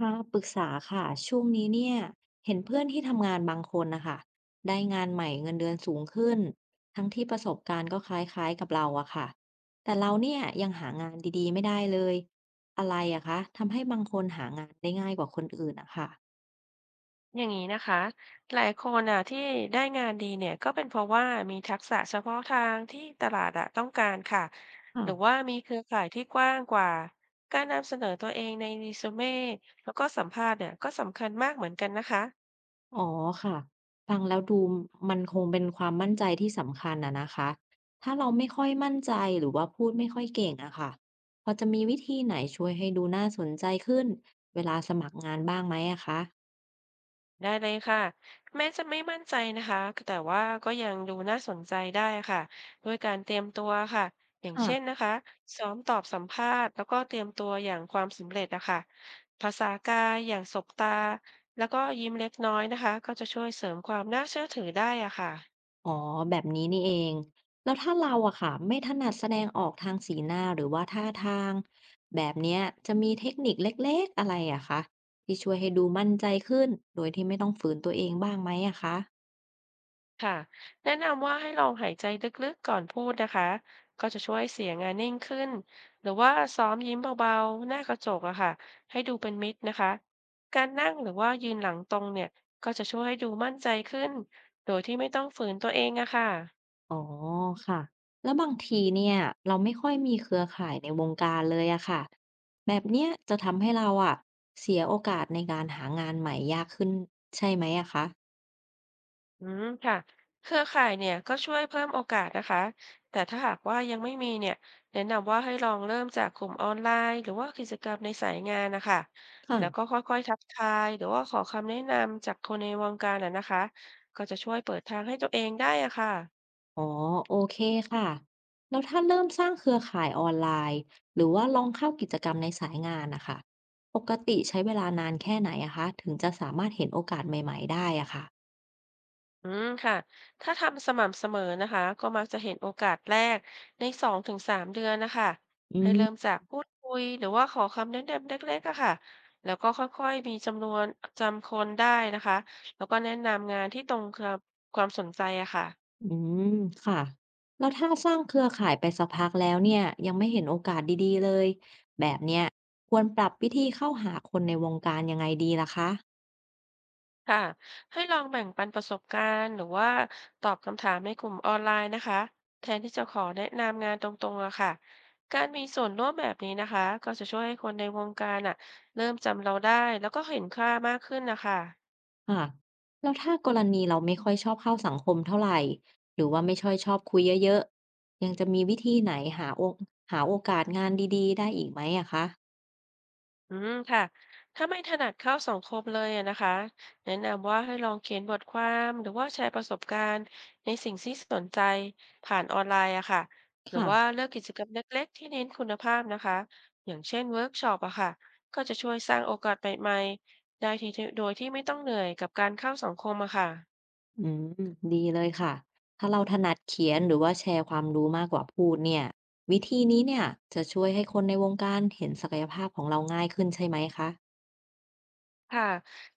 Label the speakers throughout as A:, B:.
A: ค่ะปรึกษาค่ะช่วงนี้เนี่ยเห็นเพื่อนที่ทำงานบางคนนะคะได้งานใหม่เงินเดือนสูงขึ้นทั้งที่ประสบการณ์ก็คล้ายๆกับเราอะค่ะแต่เราเนี่ยยังหางานดีๆไม่ได้เลยอะไรอะคะทำให้บางคนหางานได้ง่ายกว่าคนอื่นอะค่ะ
B: อย่างนี้นะคะหลายคนอ่ะที่ได้งานดีเนี่ยก็เป็นเพราะว่ามีทักษะเฉพาะทางที่ตลาดอ่ะต้องการค่ะหรือว่ามีเครือข่ายที่กว้างกว่าการนำเสนอตัวเองในรีสูเม่แล้วก็สัมภาษณ์เนี่ยก็สำคัญมากเหมือนกันนะคะ
A: อ๋อค่ะฟังแล้วดูมันคงเป็นความมั่นใจที่สำคัญอะนะคะถ้าเราไม่ค่อยมั่นใจหรือว่าพูดไม่ค่อยเก่งอะค่ะพอจะมีวิธีไหนช่วยให้ดูน่าสนใจขึ้นเวลาสมัครงานบ้างไหมอะคะ
B: ได้เลยค่ะแม้จะไม่มั่นใจนะคะแต่ว่าก็ยังดูน่าสนใจได้ค่ะด้วยการเตรียมตัวค่ะอย่างเช่น
A: ค่ะ
B: นะคะซ้อมตอบสัมภาษณ์แล้วก็เตรียมตัวอย่างความสำเร็จนะคะภาษากายอย่างสบตาแล้วก็ยิ้มเล็กน้อยนะคะก็จะช่วยเสริมความน่าเชื่อถือได้อะค่ะ
A: อ๋อแบบนี้นี่เองแล้วถ้าเราอะค่ะไม่ถนัดแสดงออกทางสีหน้าหรือว่าท่าทางแบบเนี้ยจะมีเทคนิคเล็กๆอะไรอะคะที่ช่วยให้ดูมั่นใจขึ้นโดยที่ไม่ต้องฝืนตัวเองบ้างไหมอะคะ
B: ค่ะแนะนำว่าให้ลองหายใจลึกๆก่อนพูดนะคะก็จะช่วยเสียงอะนิ่งขึ้นหรือว่าซ้อมยิ้มเบาๆหน้ากระจกอะค่ะให้ดูเป็นมิตรนะคะการนั่งหรือว่ายืนหลังตรงเนี่ยก็จะช่วยให้ดูมั่นใจขึ้นโดยที่ไม่ต้องฝืนตัวเองอะค่ะ
A: อ๋อค่ะแล้วบางทีเนี่ยเราไม่ค่อยมีเครือข่ายในวงการเลยอะค่ะแบบเนี้ยจะทำให้เราอะเสียโอกาสในการหางานใหม่ยากขึ้นใช่ไหมอะคะ
B: อืมค่ะเครือข่ายเนี่ยก็ช่วยเพิ่มโอกาสนะคะแต่ถ้าหากว่ายังไม่มีเนี่ยแนะนำว่าให้ลองเริ่มจากกลุ่มออนไลน์หรือว่ากิจกรรมในสายงานนะคะ
A: ค่ะ
B: แล้วก็ค่อยๆทักทายหรือว่าขอคำแนะนำจากคนในวงการอ่ะนะคะก็จะช่วยเปิดทางให้ตัวเองได้อะค่ะ
A: อ๋อโอเคค่ะแล้วถ้าเริ่มสร้างเครือข่ายออนไลน์หรือว่าลองเข้ากิจกรรมในสายงานนะคะปกติใช้เวลานานแค่ไหนอะคะถึงจะสามารถเห็นโอกาสใหม่ๆได้อะค่ะ
B: อืมค่ะ ถ้าทำสม่ำเสมอนะคะ ก็มักจะเห็นโอกาสแรกใน2 ถึง 3 เดือนนะคะ ให้เริ่
A: อื
B: มจากพูดคุยหรือว่าขอคำแนะนำเล็กๆอะค่ะแล้วก็ค่อยๆมีจำนวนจำคนได้นะคะ แล้วก็แนะนำงานที่ตรงกับความสนใจอะค่ะ
A: อืมค่ะแล้วถ้าสร้างเครือข่ายไปสักพักแล้วเนี่ยยังไม่เห็นโอกาสดีๆเลยแบบเนี้ยควรปรับวิธีเข้าหาคนในวงการยังไงดีล่ะคะ
B: ค่ะให้ลองแบ่งปันประสบการณ์หรือว่าตอบคำถามในกลุ่มออนไลน์นะคะแทนที่จะขอแนะนำงานตรงๆอะค่ะการมีส่วนร่วมแบบนี้นะคะก็จะช่วยให้คนในวงการอะเริ่มจำเราได้แล้วก็เห็นค่ามากขึ้นนะคะ
A: ค่ะแล้วถ้ากรณีเราไม่ค่อยชอบเข้าสังคมเท่าไหร่หรือว่าไม่ค่อยชอบคุยเยอะๆยังจะมีวิธีไหนหาโอกหาโอกาสงานดีๆได้อีกไหมอะคะ
B: อืมค่ะถ้าไม่ถนัดเข้าสังคมเลยอะนะคะแนะนำว่าให้ลองเขียนบทความหรือว่าแชร์ประสบการณ์ในสิ่งที่สนใจผ่านออนไลน์อะค่ะหรือว่า
A: ค่ะ
B: เลือกกิจกรรมเล็กๆที่เน้นคุณภาพนะคะอย่างเช่นเวิร์กช็อปอะค่ะก็จะช่วยสร้างโอกาสใหม่ๆได้ที่โดยที่ไม่ต้องเหนื่อยกับการเข้าสังคมอะค่ะ
A: อืมดีเลยค่ะถ้าเราถนัดเขียนหรือว่าแชร์ความรู้มากกว่าพูดเนี่ยวิธีนี้เนี่ยจะช่วยให้คนในวงการเห็นศักยภาพของเราง่ายขึ้นใช่ไหมคะ
B: ค่ะ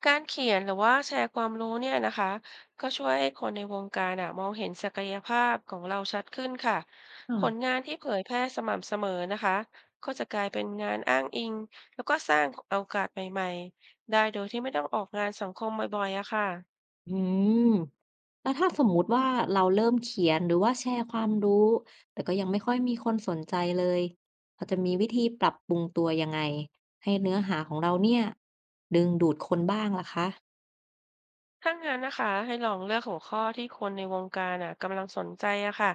B: การเขียนหรือว่าแชร์ความรู้เนี่ยนะคะก็ช่วยให้คนในวงการอ่ะมองเห็นศักยภาพของเราชัดขึ้นค่ะ
A: ค่ะ
B: ผลงานที่เผยแพร่สม่ำเสมอนะคะก็จะกลายเป็นงานอ้างอิงแล้วก็สร้างโอกาสใหม่ๆได้โดยที่ไม่ต้องออกงานสังคมบ่อยๆอะค่ะ
A: อืมแล้วถ้าสมมุติว่าเราเริ่มเขียนหรือว่าแชร์ความรู้แต่ก็ยังไม่ค่อยมีคนสนใจเลยเราจะมีวิธีปรับปรุงตัวยังไงให้เนื้อหาของเราเนี่ยดึงดูดคนบ้างล่ะคะ
B: ถ้างั้นนะคะให้ลองเลือกหัวข้อที่คนในวงการอ่ะกำลังสนใจอะค่ะ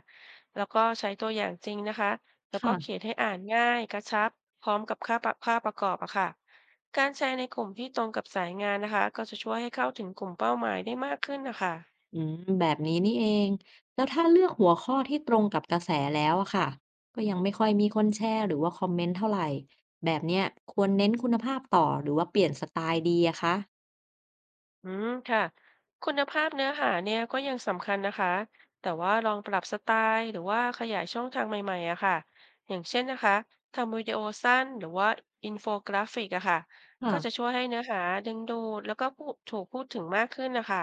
B: แล้วก็ใช้ตัวอย่างจริงนะคะแล้วก็เขียน
A: ค่ะ
B: ให้อ่านง่ายกระชับพร้อมกับค่าประกอบอะค่ะการแชร์ในกลุ่มที่ตรงกับสายงานนะคะก็จะช่วยให้เข้าถึงกลุ่มเป้าหมายได้มากขึ้นนะคะ
A: อืมแบบนี้นี่เอง แล้วถ้าเลือกหัวข้อที่ตรงกับกระแสแล้วอะค่ะ ก็ยังไม่ค่อยมีคนแชร์หรือว่าคอมเมนต์เท่าไหร่ แบบเนี้ยควรเน้นคุณภาพต่อหรือว่าเปลี่ยนสไตล์ดีอะคะ
B: อืมค่ะคุณภาพเนื้อหาเนี่ยก็ยังสำคัญนะคะแต่ว่าลองปรับสไตล์หรือว่าขยายช่องทางใหม่ๆอะค่ะอย่างเช่นนะคะทำวิดีโอสั้นหรือว่าอินโฟกราฟิกอะค่ะก็จะ
A: ค่ะ
B: ช่วยให้เนื้อหาดึงดูดแล้วก็ผู้ถูกพูดถึงมากขึ้นนะคะ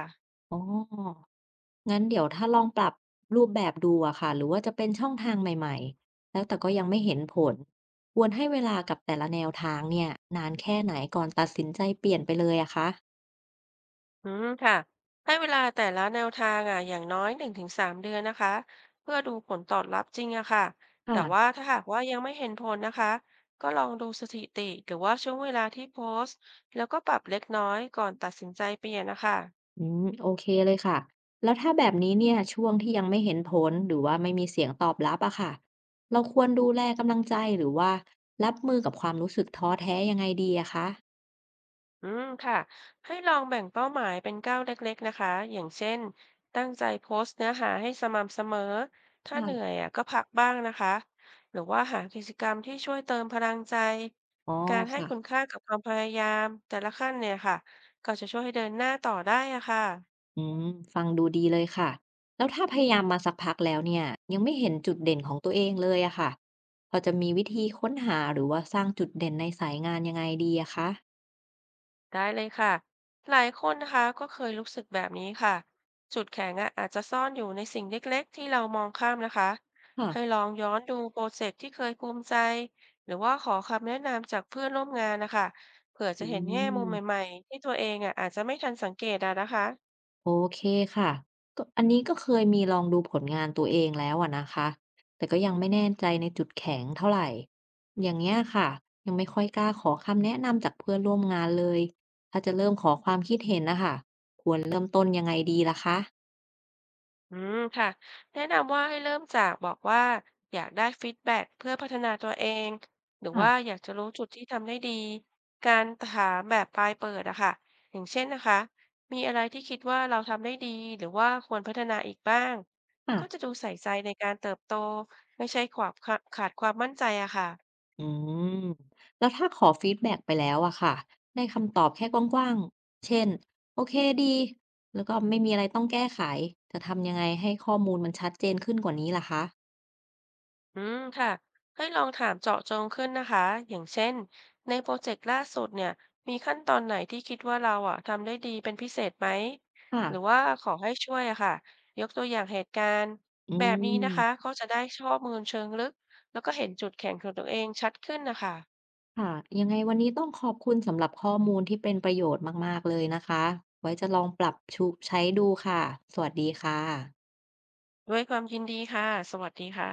A: อ๋องั้นเดี๋ยวถ้าลองปรับรูปแบบดูอะค่ะ หรือว่าจะเป็นช่องทางใหม่ๆ แล้วแต่ก็ยังไม่เห็นผล ควรให้เวลากับแต่ละแนวทางเนี่ยนานแค่ไหนก่อนตัดสินใจเปลี่ยนไปเลยอะคะ
B: อืมค่ะให้เวลาแต่ละแนวทางอ่ะอย่างน้อย1 ถึง 3 เดือนนะคะเพื่อดูผลตอบรับจริงอะค่ะแต่ว่า
A: ค่ะ
B: ถ้าหากว่ายังไม่เห็นผลนะคะก็ลองดูสถิติหรือว่าช่วงเวลาที่โพสต์แล้วก็ปรับเล็กน้อยก่อนตัดสินใจเปลี่ยนนะคะ
A: อืมโอเคเลยค่ะแล้วถ้าแบบนี้เนี่ยช่วงที่ยังไม่เห็นผลหรือว่าไม่มีเสียงตอบรับอะค่ะเราควรดูแลกำลังใจหรือว่ารับมือกับความรู้สึกท้อแท้ยังไงดีอะคะ
B: อืมค่ะให้ลองแบ่งเป้าหมายเป็นก้าวเล็กๆนะคะอย่างเช่นตั้งใจโพสต์เนื้อหาให้สม่ำเสมอถ้าเห
A: ค่ะ
B: นื่อยอ่ะก็พักบ้างนะคะหรือว่าหากิจกรรมที่ช่วยเติมพลังใจ
A: อ๋อ
B: การให้
A: ค่ะ
B: คุณค่ากับความพยายามแต่ละขั้นเนี่ยค่ะก็จะช่วยให้เดินหน้าต่อได้อะค่ะ
A: อืมฟังดูดีเลยค่ะแล้วถ้าพยายามมาสักพักแล้วเนี่ยยังไม่เห็นจุดเด่นของตัวเองเลยอะค่ะพอจะมีวิธีค้นหาหรือว่าสร้างจุดเด่นในสายงานยังไงดีอะคะ
B: ได้เลยค่ะ หลายคนนะคะก็เคยรู้สึกแบบนี้ค่ะจุดแข็งอะอาจจะซ่อนอยู่ในสิ่งเล็กๆที่เรามองข้ามนะคะ
A: ค่ะ
B: ให้ลองย้อนดูโปรเจกต์ที่เคยภูมิใจ หรือว่าขอคำแนะนำจากเพื่อนร่วมงานนะคะเผื่อจะ
A: อื
B: เห็นแง่มุมให
A: ม
B: ม่ๆที่ตัวเองอะอาจจะไม่ทันสังเกตอะนะคะ
A: โอเคค่ะก็อันนี้ก็เคยมีลองดูผลงานตัวเองแล้วอะนะคะแต่ก็ยังไม่แน่ใจในจุดแข็งเท่าไหร่อย่างเงี้ยค่ะยังไม่ค่อยกล้าขอคำแนะนำจากเพื่อนร่วมงานเลยถ้าจะเริ่มขอความคิดเห็นนะคะควรเริ่มต้นยังไงดีล่ะคะ
B: อืมค่ะแนะนำว่าให้เริ่มจากบอกว่าอยากได้ฟีดแบ็กเพื่อพัฒนาตัวเองหรือว่า
A: อ่ะ
B: อยากจะรู้จุดที่ทำได้ดีการถามแบบปลายเปิดอะค่ะอย่างเช่นนะคะมีอะไรที่คิดว่าเราทำได้ดีหรือว่าควรพัฒนาอีกบ้าง
A: อ่ะ
B: ก็จะดูใส่ใจในการเติบโตไม่ใช่ขาดความมั่นใจอะค่ะ
A: อืมแล้วถ้าขอฟีดแบ็กไปแล้วอะค่ะได้คำตอบแค่กว้างๆเช่นโอเคดีแล้วก็ไม่มีอะไรต้องแก้ไขจะทำยังไงให้ข้อมูลมันชัดเจนขึ้นกว่านี้ล่ะคะ
B: อืมค่ะให้ลองถามเจาะจงขึ้นนะคะอย่างเช่นในโปรเจกต์ล่าสุดเนี่ยมีขั้นตอนไหนที่คิดว่าเราอ่ะทำได้ดีเป็นพิเศษไหม
A: ค่ะ
B: หรือว่าขอให้ช่วยอะค่ะยกตัวอย่างเหตุการณ์
A: อื
B: แบบนี้นะคะ
A: ม
B: ก็จะได้ข้อมูลเชิงลึกแล้วก็เห็นจุดแข็งของตัวเองชัดขึ้นนะคะ
A: ค่ะยังไงวันนี้ต้องขอบคุณสำหรับข้อมูลที่เป็นประโยชน์มากๆเลยนะคะไว้จะลองปรับชุใช้ดูค่ะสวัสดีค่ะ
B: ด้วยความยินดีค่ะสวัสดีค่ะ